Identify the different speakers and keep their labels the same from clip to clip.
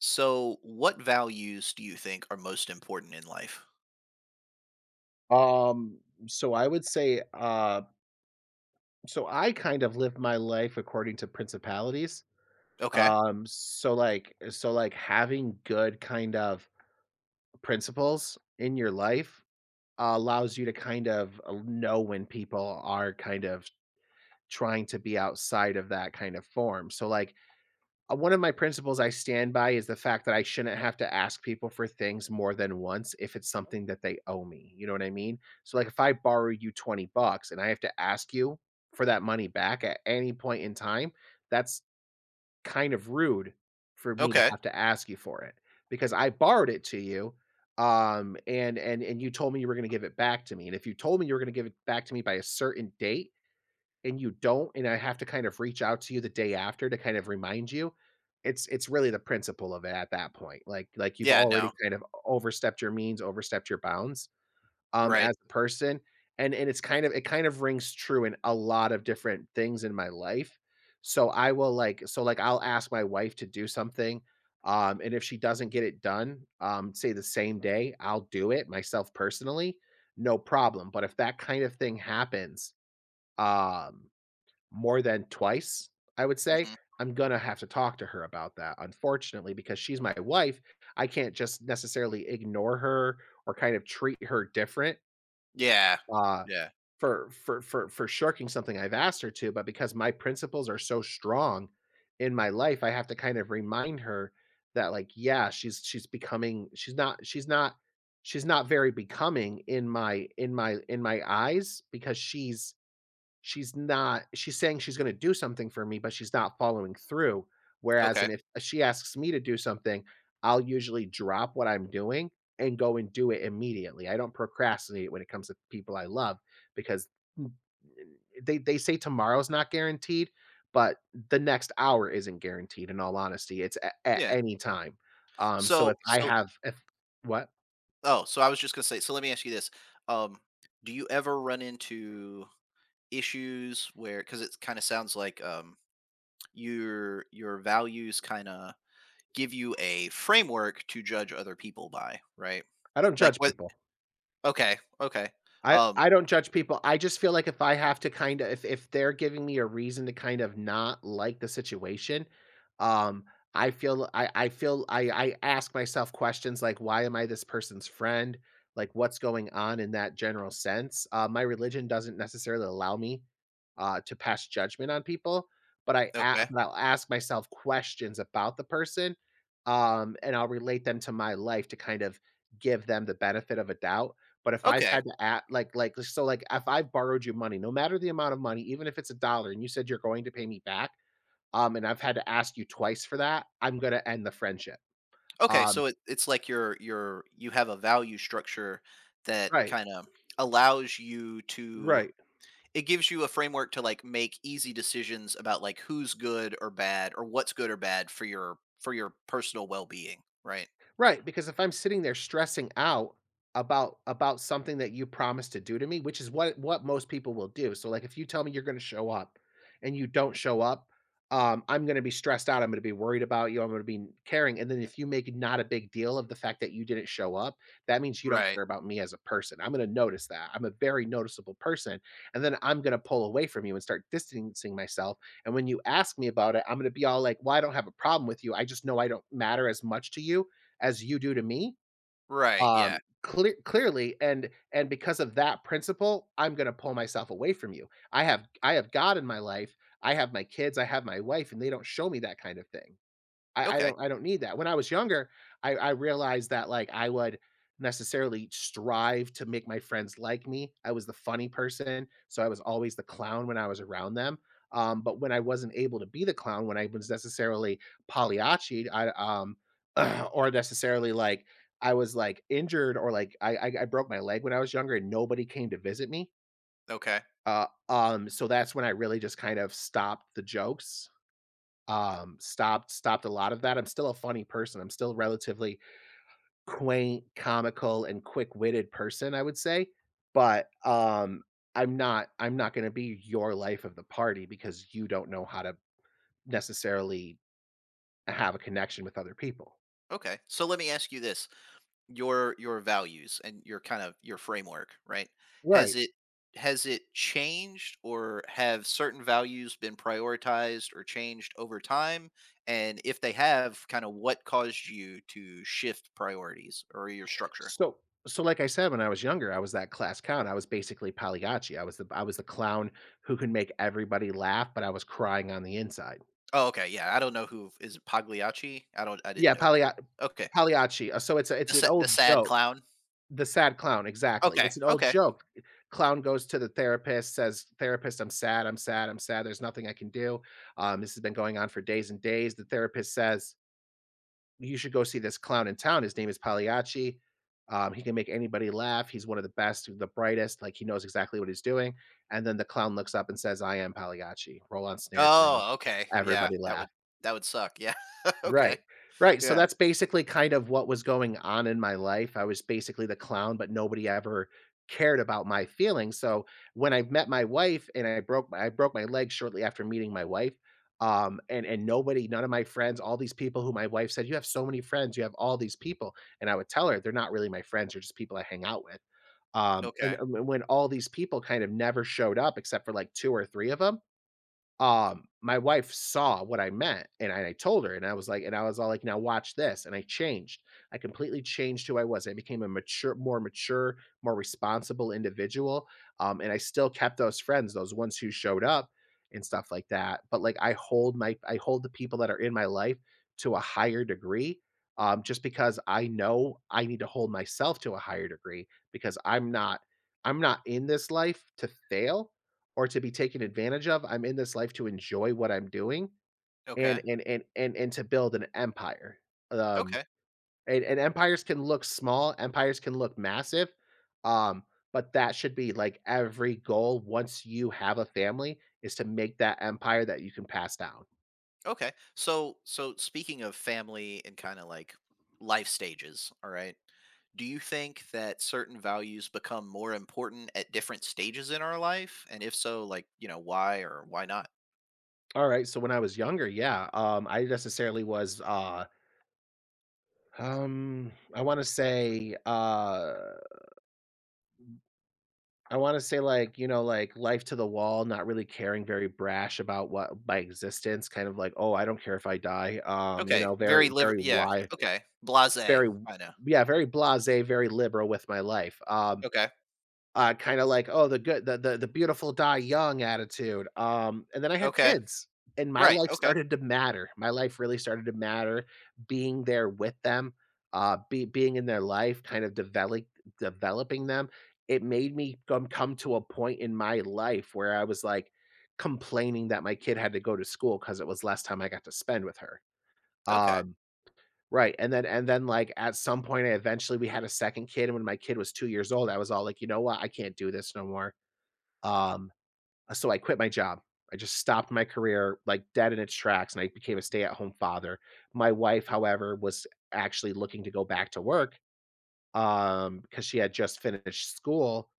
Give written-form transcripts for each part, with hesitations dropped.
Speaker 1: So, what values do you think are most important in life?
Speaker 2: Um, so I would say, so I kind of live my life according to principalities.
Speaker 1: Okay.
Speaker 2: So like having good kind of principles in your life allows you to kind of know when people are kind of trying to be outside of that kind of form. So like, one of my principles I stand by is the fact that I shouldn't have to ask people for things more than once if it's something that they owe me. You know what I mean? So, like, if I borrow you $20 and I have to ask you for that money back at any point in time, that's kind of rude for me to
Speaker 1: Okay.
Speaker 2: have to ask you for it because I borrowed it to you, and you told me you were going to give it back to me, and if you told me you were going to give it back to me by a certain date and you don't, and I have to kind of reach out to you the day after to kind of remind you, it's really the principle of it at that point. Like you've
Speaker 1: Yeah.
Speaker 2: already
Speaker 1: No.
Speaker 2: kind of overstepped your means, overstepped your bounds,
Speaker 1: Right.
Speaker 2: as a person. And it's kind of it kind of rings true in a lot of different things in my life. So like I'll ask my wife to do something. And if she doesn't get it done, say the same day, I'll do it myself personally, no problem. But if that kind of thing happens, um more than twice, I would say.
Speaker 1: Hmm.
Speaker 2: I'm gonna have to talk to her about that, unfortunately, because she's my wife. I can't just necessarily ignore her or kind of treat her different,
Speaker 1: Yeah.
Speaker 2: uh,
Speaker 1: Yeah.
Speaker 2: for shirking something I've asked her to, but because my principles are so strong in my life, I have to kind of remind her that, like, yeah, she's becoming she's not she's not she's not very becoming in my eyes because she's not she's saying she's gonna do something for me, but she's not following through, whereas
Speaker 1: Okay.
Speaker 2: and if she asks me to do something, I'll usually drop what I'm doing and go and do it immediately. I don't procrastinate when it comes to people I love because n they say tomorrow's not guaranteed, but the next hour isn't guaranteed, in all honesty. It's a at
Speaker 1: Yeah.
Speaker 2: any time. So if
Speaker 1: So,
Speaker 2: I
Speaker 1: so,
Speaker 2: have if What?
Speaker 1: oh, so I was just gonna say. So, let me ask you this. um, Do you ever run into issues where, because it kind of sounds like, your values kind of give you a framework to judge other people by, right?
Speaker 2: I don't
Speaker 1: Like
Speaker 2: judge
Speaker 1: what?
Speaker 2: people.
Speaker 1: Okay. Okay. Um.
Speaker 2: I don't judge people. I just feel like if I have to kinda if they're giving me a reason to kind of not like the situation, um, I feel I feel I ask myself questions like, "Why am I this person's friend?" Like, "What's going on?" in that general sense. My religion doesn't necessarily allow me, to pass judgment on people,
Speaker 1: Okay.
Speaker 2: but I'll ask myself questions about the person, and I'll relate them to my life to kind of give them the benefit of a doubt. But if I've
Speaker 1: Okay.
Speaker 2: had to act like if I've borrowed you money, no matter the amount of money, even if it's a dollar and you said you're going to pay me back, and I've had to ask you twice for that, I'm gonna end the friendship.
Speaker 1: Okay,
Speaker 2: Um,
Speaker 1: so it's like you have a value structure that
Speaker 2: right,
Speaker 1: kind of allows you to —
Speaker 2: right.
Speaker 1: it gives you a framework to, like, make easy decisions about, like, who's good or bad or what's good or bad for your personal well-being, right?
Speaker 2: Right, because if I'm sitting there stressing out about something that you promised to do to me, which is what most people will do. So like if you tell me you're going to show up and you don't show up, I'm going to be stressed out. I'm going to be worried about you. I'm going to be caring. And then if you make not a big deal of the fact that you didn't show up, that means you don't
Speaker 1: Right.
Speaker 2: care about me as a person. I'm going to notice that. I'm a very noticeable person. And then I'm going to pull away from you and start distancing myself. And when you ask me about it, I'm going to be all like, well, I don't have a problem with you. I just know I don't matter as much to you as you do to me,
Speaker 1: Right. Yeah.
Speaker 2: clearly, and because of that principle, I'm gonna pull myself away from you. I have God in my life, I have my kids, I have my wife, and they don't show me that kind of thing.
Speaker 1: Okay.
Speaker 2: I don't need that. When I was younger, I realized that, like, I would necessarily strive to make my friends like me. I was the funny person, so I was always the clown when I was around them. But when I wasn't able to be the clown, when I was necessarily Pagliacci'd, or necessarily, like, I was, like, injured or, like, I broke my leg when I was younger and nobody came to visit me.
Speaker 1: Okay.
Speaker 2: So that's when I really just kind of stopped the jokes, stopped a lot of that. I'm still a funny person. I'm still relatively quaint, comical, and quick-witted person, I would say. But, I'm not gonna be your life of the party because you don't know how to necessarily have a connection with other people.
Speaker 1: Okay. So let me ask you this. Your values and your kind of your framework, right? Has
Speaker 2: Right.
Speaker 1: it has it changed, or have certain values been prioritized or changed over time? And if they have, kind of what caused you to shift priorities or your structure?
Speaker 2: So so like I said, when I was younger, I was that class clown. I was basically Pagliacci. I was the clown who could make everybody laugh, but I was crying on the inside.
Speaker 1: Oh, okay. Yeah. I don't know, who is it, Pagliacci? I didn't
Speaker 2: Yeah,
Speaker 1: know.
Speaker 2: Paglia
Speaker 1: Okay.
Speaker 2: Pagliacci. So it's a
Speaker 1: The
Speaker 2: it's an
Speaker 1: sa- the
Speaker 2: old
Speaker 1: sad
Speaker 2: joke.
Speaker 1: clown.
Speaker 2: The sad clown, exactly.
Speaker 1: Okay.
Speaker 2: It's an old
Speaker 1: Okay.
Speaker 2: joke. Clown goes to the therapist, says, "Therapist, I'm sad, I'm sad, I'm sad. There's nothing I can do. This has been going on for days and days." The therapist says, "You should go see this clown in town. His name is Pagliacci. He can make anybody laugh. He's one of the best, the brightest. Like he knows exactly what he's doing." And then the clown looks up and says, "I am Pagliacci. Roll on snare drum.
Speaker 1: Oh, okay. Yeah.
Speaker 2: Everybody
Speaker 1: That would
Speaker 2: laugh."
Speaker 1: that would suck. Yeah. Okay.
Speaker 2: Right. Right, so
Speaker 1: Yeah.
Speaker 2: that's basically kind of what was going on in my life. I was basically the clown, but nobody ever cared about my feelings, so when I met my wife and I broke my leg shortly after meeting my wife, and nobody none of my friends, all these people who my wife said, "You have so many friends, you have all these people," and I would tell her, "They're not really my friends, they're just people I hang out with."
Speaker 1: Okay.
Speaker 2: When all these people kind of never showed up except for like 2 or 3 of them. My wife saw what I meant, and I told her, and I was like and I was all like, "Now watch this," and I changed. I completely changed who I was. I became a mature, more responsible individual, and I still kept those friends, those ones who showed up and stuff like that, but, like, I hold the people that are in my life to a higher degree, just because I know I need to hold myself to a higher degree because I'm not in this life to fail, or to be taken advantage of. I'm in this life to enjoy what I'm doing and
Speaker 1: Okay.
Speaker 2: and and and and to build an empire. Um,
Speaker 1: Okay.
Speaker 2: and empires can look small, empires can look massive. Um, but that should be like every goal once you have a family is to make that empire that you can pass down.
Speaker 1: Okay. So speaking of family and kind of like life stages, all right. Do you think that certain values become more important at different stages in our life? And if so, like, you know, why or why not?
Speaker 2: All right. So when I was younger, yeah, I necessarily was I want to say I wanna say, like, you know, like, life to the wall, not really caring, very brash about what my existence, kind of like, "Oh, I don't care if I die," you
Speaker 1: Okay.
Speaker 2: know,
Speaker 1: Very
Speaker 2: very,
Speaker 1: liver,
Speaker 2: very
Speaker 1: yeah.
Speaker 2: wide,
Speaker 1: Okay. Blasé.
Speaker 2: very
Speaker 1: I know.
Speaker 2: yeah, very blasé, very liberal with my life,
Speaker 1: Okay.
Speaker 2: kinda like, "Oh, the good the beautiful die young" attitude, and then I had
Speaker 1: Okay.
Speaker 2: kids, and my
Speaker 1: Right.
Speaker 2: life
Speaker 1: Okay.
Speaker 2: started to matter. My life really started to matter, being there with them, be being in their life, kind of developing them. It made me come to a point in my life where I was, like, complaining that my kid had to go to school because it was less time I got to spend with her.
Speaker 1: Okay.
Speaker 2: Um Right, and then like, at some point, I eventually we had a second kid, and when my kid was 2 years old, I was all like, "You know what? "I can't do this no more." Um, so I quit my job. I just stopped my career, like, dead in its tracks, and I became a stay-at-home father. My wife, however, was actually looking to go back to work, because she had just finished school.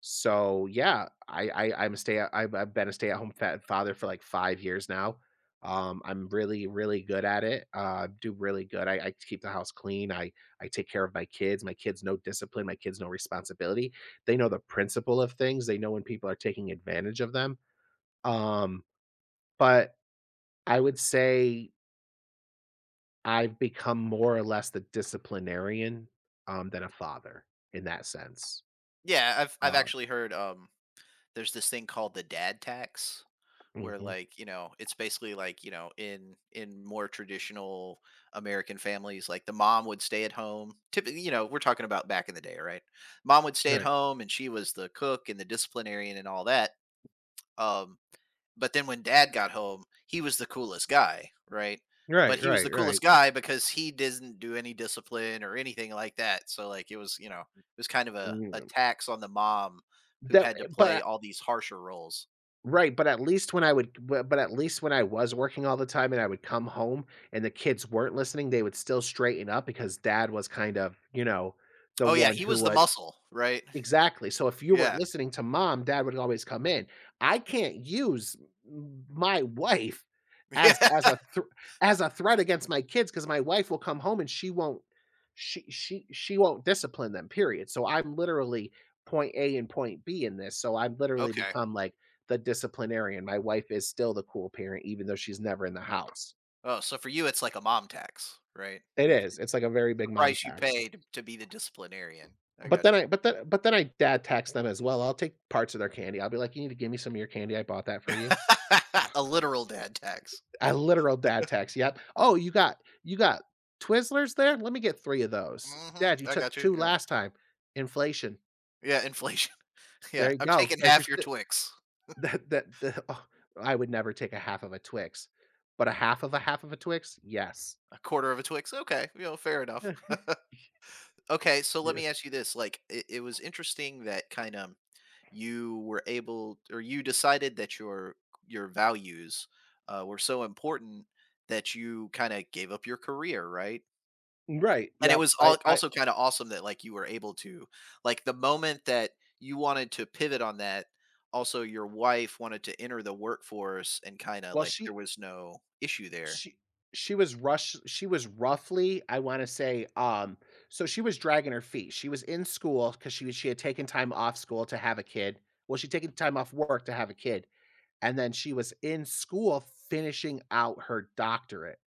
Speaker 2: So, yeah, I've been a stay-at-home fa father for, like, 5 years now. I'm really, really good at it, do really good. I keep the house clean. I take care of my kids. My kids know discipline. My kids know responsibility. They know the principle of things. They know when people are taking advantage of them. Um, but I would say I've become more or less the disciplinarian, than a father in that sense.
Speaker 1: Yeah, I've
Speaker 2: Uh,
Speaker 1: actually heard, there's this thing called the dad tax, where,
Speaker 2: Mhm.
Speaker 1: like, you know, it's basically like, you know, in more traditional American families, like, the mom would stay at home typically, you know, we're talking about back in the day, right? Mom would stay at
Speaker 2: Right.
Speaker 1: home, and she was the cook and the disciplinarian and all that, um, but then when dad got home, he was the coolest guy, right? But
Speaker 2: Right,
Speaker 1: he was
Speaker 2: right,
Speaker 1: the coolest
Speaker 2: right.
Speaker 1: guy because he didn't do any discipline or anything like that, so, like, it was, you know, it was kind of a
Speaker 2: Mm,
Speaker 1: tax on the mom who
Speaker 2: that
Speaker 1: had to
Speaker 2: eh,
Speaker 1: play
Speaker 2: but
Speaker 1: all these harsher roles.
Speaker 2: right, but at least when I was working all the time and I would come home and the kids weren't listening, they would still straighten up because dad was kind of, you know, the
Speaker 1: Oh yeah,
Speaker 2: one
Speaker 1: he
Speaker 2: who
Speaker 1: was the
Speaker 2: would.
Speaker 1: muscle, right?
Speaker 2: Exactly, so if you were
Speaker 1: Yeah.
Speaker 2: listening to mom, dad would always come in. I can't use m my wife
Speaker 1: Yeah.
Speaker 2: as a thr as a threat against my kids because my wife will come home and she won't discipline them, period, so I'm literally point A and point B in this, so I've literally
Speaker 1: Okay.
Speaker 2: become, like, the disciplinarian. My wife is still the cool parent even though she's never in the house.
Speaker 1: Oh, so for you, it's like a mom tax, right?
Speaker 2: It
Speaker 1: Like,
Speaker 2: is,
Speaker 1: it's
Speaker 2: it's like a very big
Speaker 1: the
Speaker 2: mom
Speaker 1: price you
Speaker 2: tax.
Speaker 1: pay to be the disciplinarian. I
Speaker 2: But
Speaker 1: got
Speaker 2: then
Speaker 1: you.
Speaker 2: I but then but then I dad tax them as well. I'll take parts of their candy. I'll be like, "You need to give me some of your candy. I bought that for you."
Speaker 1: A literal dad tax.
Speaker 2: A literal dad tax. Yep. "Oh, you got Twizzlers there? Let me get 3 of those."
Speaker 1: Hmm.
Speaker 2: "Dad, you
Speaker 1: I
Speaker 2: took
Speaker 1: got you.
Speaker 2: 2
Speaker 1: Yeah.
Speaker 2: last time." Inflation.
Speaker 1: Yeah. Inflation. Yeah.
Speaker 2: There you
Speaker 1: I'm
Speaker 2: go.
Speaker 1: taking
Speaker 2: There's your
Speaker 1: half your
Speaker 2: si
Speaker 1: Twix.
Speaker 2: that that the oh, I would never take a half of a Twix, but a half of a half of a Twix? Yes.
Speaker 1: A quarter of a Twix. Okay. You know, fair enough. Okay. So let
Speaker 2: Yeah.
Speaker 1: me ask you this. Like, it was interesting that, kind of, you were able — or you decided that your values, were so important that you kind of gave up your career, right?
Speaker 2: Right.
Speaker 1: And it
Speaker 2: Yep.
Speaker 1: was
Speaker 2: I
Speaker 1: al
Speaker 2: I
Speaker 1: also kinda awesome that, like, you were able to — like, the moment that you wanted to pivot on that, also your wife wanted to enter the workforce and, kinda,
Speaker 2: well,
Speaker 1: like, there was no issue there.
Speaker 2: She she was roughly, I wanna say, so she was dragging her feet. She was in school because she had taken time off school to have a kid. Well, she'd taken time off work to have a kid, and then she was in school finishing out her doctorate.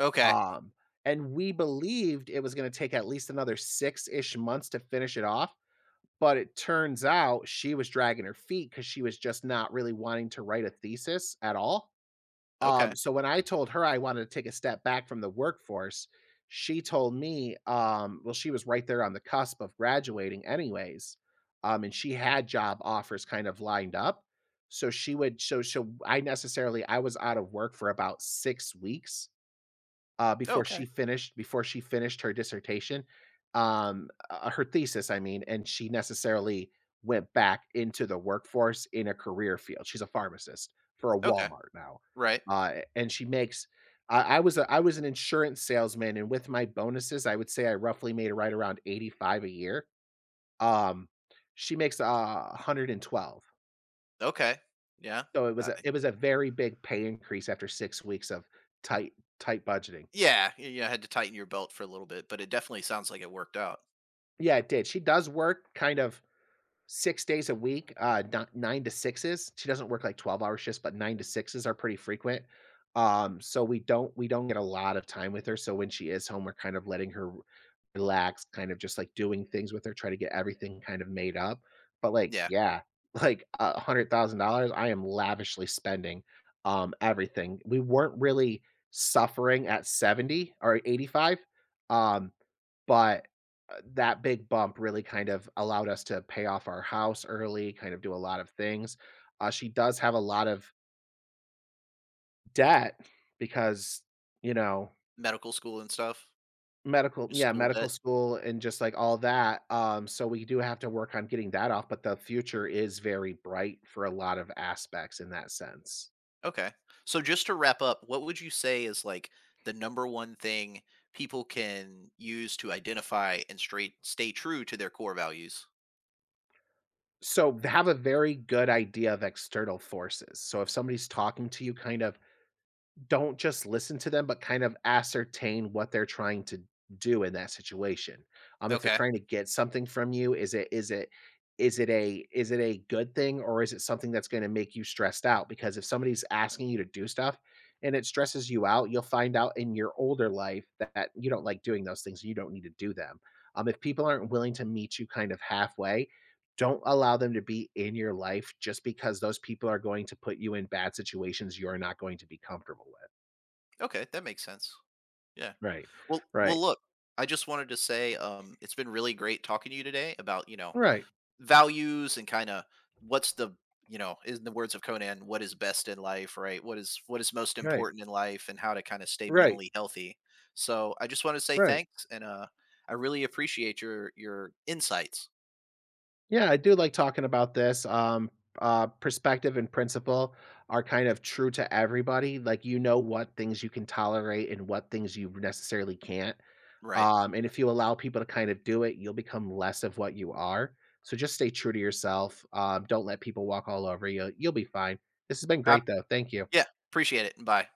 Speaker 1: Okay.
Speaker 2: Um, and we believed it was gonna take at least another 6-ish months to finish it off, but it turns out she was dragging her feet because she was just not really wanting to write a thesis at all.
Speaker 1: Okay.
Speaker 2: So when I told her I wanted to take a step back from the workforce, she told me, well, she was right there on the cusp of graduating anyways. And she had job offers kind of lined up. So she would so so I necessarily I was out of work for about 6 weeks before
Speaker 1: Okay.
Speaker 2: she finished before she finished her dissertation, her thesis, I mean, and she necessarily went back into the workforce in a career field. She's a pharmacist for a
Speaker 1: Okay.
Speaker 2: Walmart now,
Speaker 1: Right.
Speaker 2: and she makes. I I was an insurance salesman, and with my bonuses, I would say I roughly made right around 85K a year. Um, she makes 112.
Speaker 1: Okay. Yeah.
Speaker 2: So it
Speaker 1: Uh,
Speaker 2: was it was a very big pay increase after 6 weeks of tight tight budgeting.
Speaker 1: yeah, y yeah, had to tighten your belt for a little bit, but it definitely sounds like it worked out.
Speaker 2: Yeah, it did. She does work kind of 6 days a week, ni 9 to 6s. She doesn't work like 12-hour shifts, but 9 to 6s are pretty frequent. So we don't get a lot of time with her, so when she is home, we're kind of letting her relax, kind of just, like, doing things with her, try to get everything kind of made up. But, like,
Speaker 1: Yeah.
Speaker 2: yeah, like, a $100,000 I am lavishly spending, everything. We weren't really suffering at 70 or 85, um, but that big bump really kind of allowed us to pay off our house early, kind of do a lot of things. She does have a lot of debt because, you know,
Speaker 1: Medical school and stuff?
Speaker 2: medical,
Speaker 1: Your
Speaker 2: yeah,
Speaker 1: school
Speaker 2: medical
Speaker 1: debt?
Speaker 2: school and just like all that. So we do have to work on getting that off, but the future is very bright for a lot of aspects in that sense.
Speaker 1: Okay. So just to wrap up, what would you say is, like, the number one thing people can use to identify and straight stay true to their core values?
Speaker 2: So have a very good idea of external forces. So if somebody's talking to you, kind of. Don't just listen to them, but kind of ascertain what they're trying to do in that situation. If they're
Speaker 1: Okay.
Speaker 2: trying to get something from you, is it a is it a good thing or is it something that's going to make you stressed out? Because if somebody's asking you to do stuff and it stresses you out, you'll find out in your older life that you don't like doing those things. You don't need to do them. If people aren't willing to meet you kind of halfway, don't allow them to be in your life just because those people are going to put you in bad situations you're not going to be comfortable with.
Speaker 1: Okay, that makes sense. Yeah.
Speaker 2: Right.
Speaker 1: Well,
Speaker 2: Right.
Speaker 1: look, I just wanted to say, it's been really great talking to you today about, you know,
Speaker 2: Right.
Speaker 1: values and kind of what's the — you know, in the words of Conan, what is best in life, right? What is — what is most
Speaker 2: Right.
Speaker 1: important in life, and how to kind of stay
Speaker 2: Right.
Speaker 1: mentally healthy. So I just want to say
Speaker 2: Right.
Speaker 1: thanks, and, I really appreciate your insights.
Speaker 2: Yeah, I do like talking about this. Perspective and principle are kind of true to everybody. Like, you know what things you can tolerate and what things you necessarily can't.
Speaker 1: Right.
Speaker 2: And if you allow people to kind of do it, you'll become less of what you are. So just stay true to yourself. Don't let people walk all over you. You'll be fine. This has been
Speaker 1: I,
Speaker 2: great, though. Thank you.
Speaker 1: yeah, appreciate it. Bye.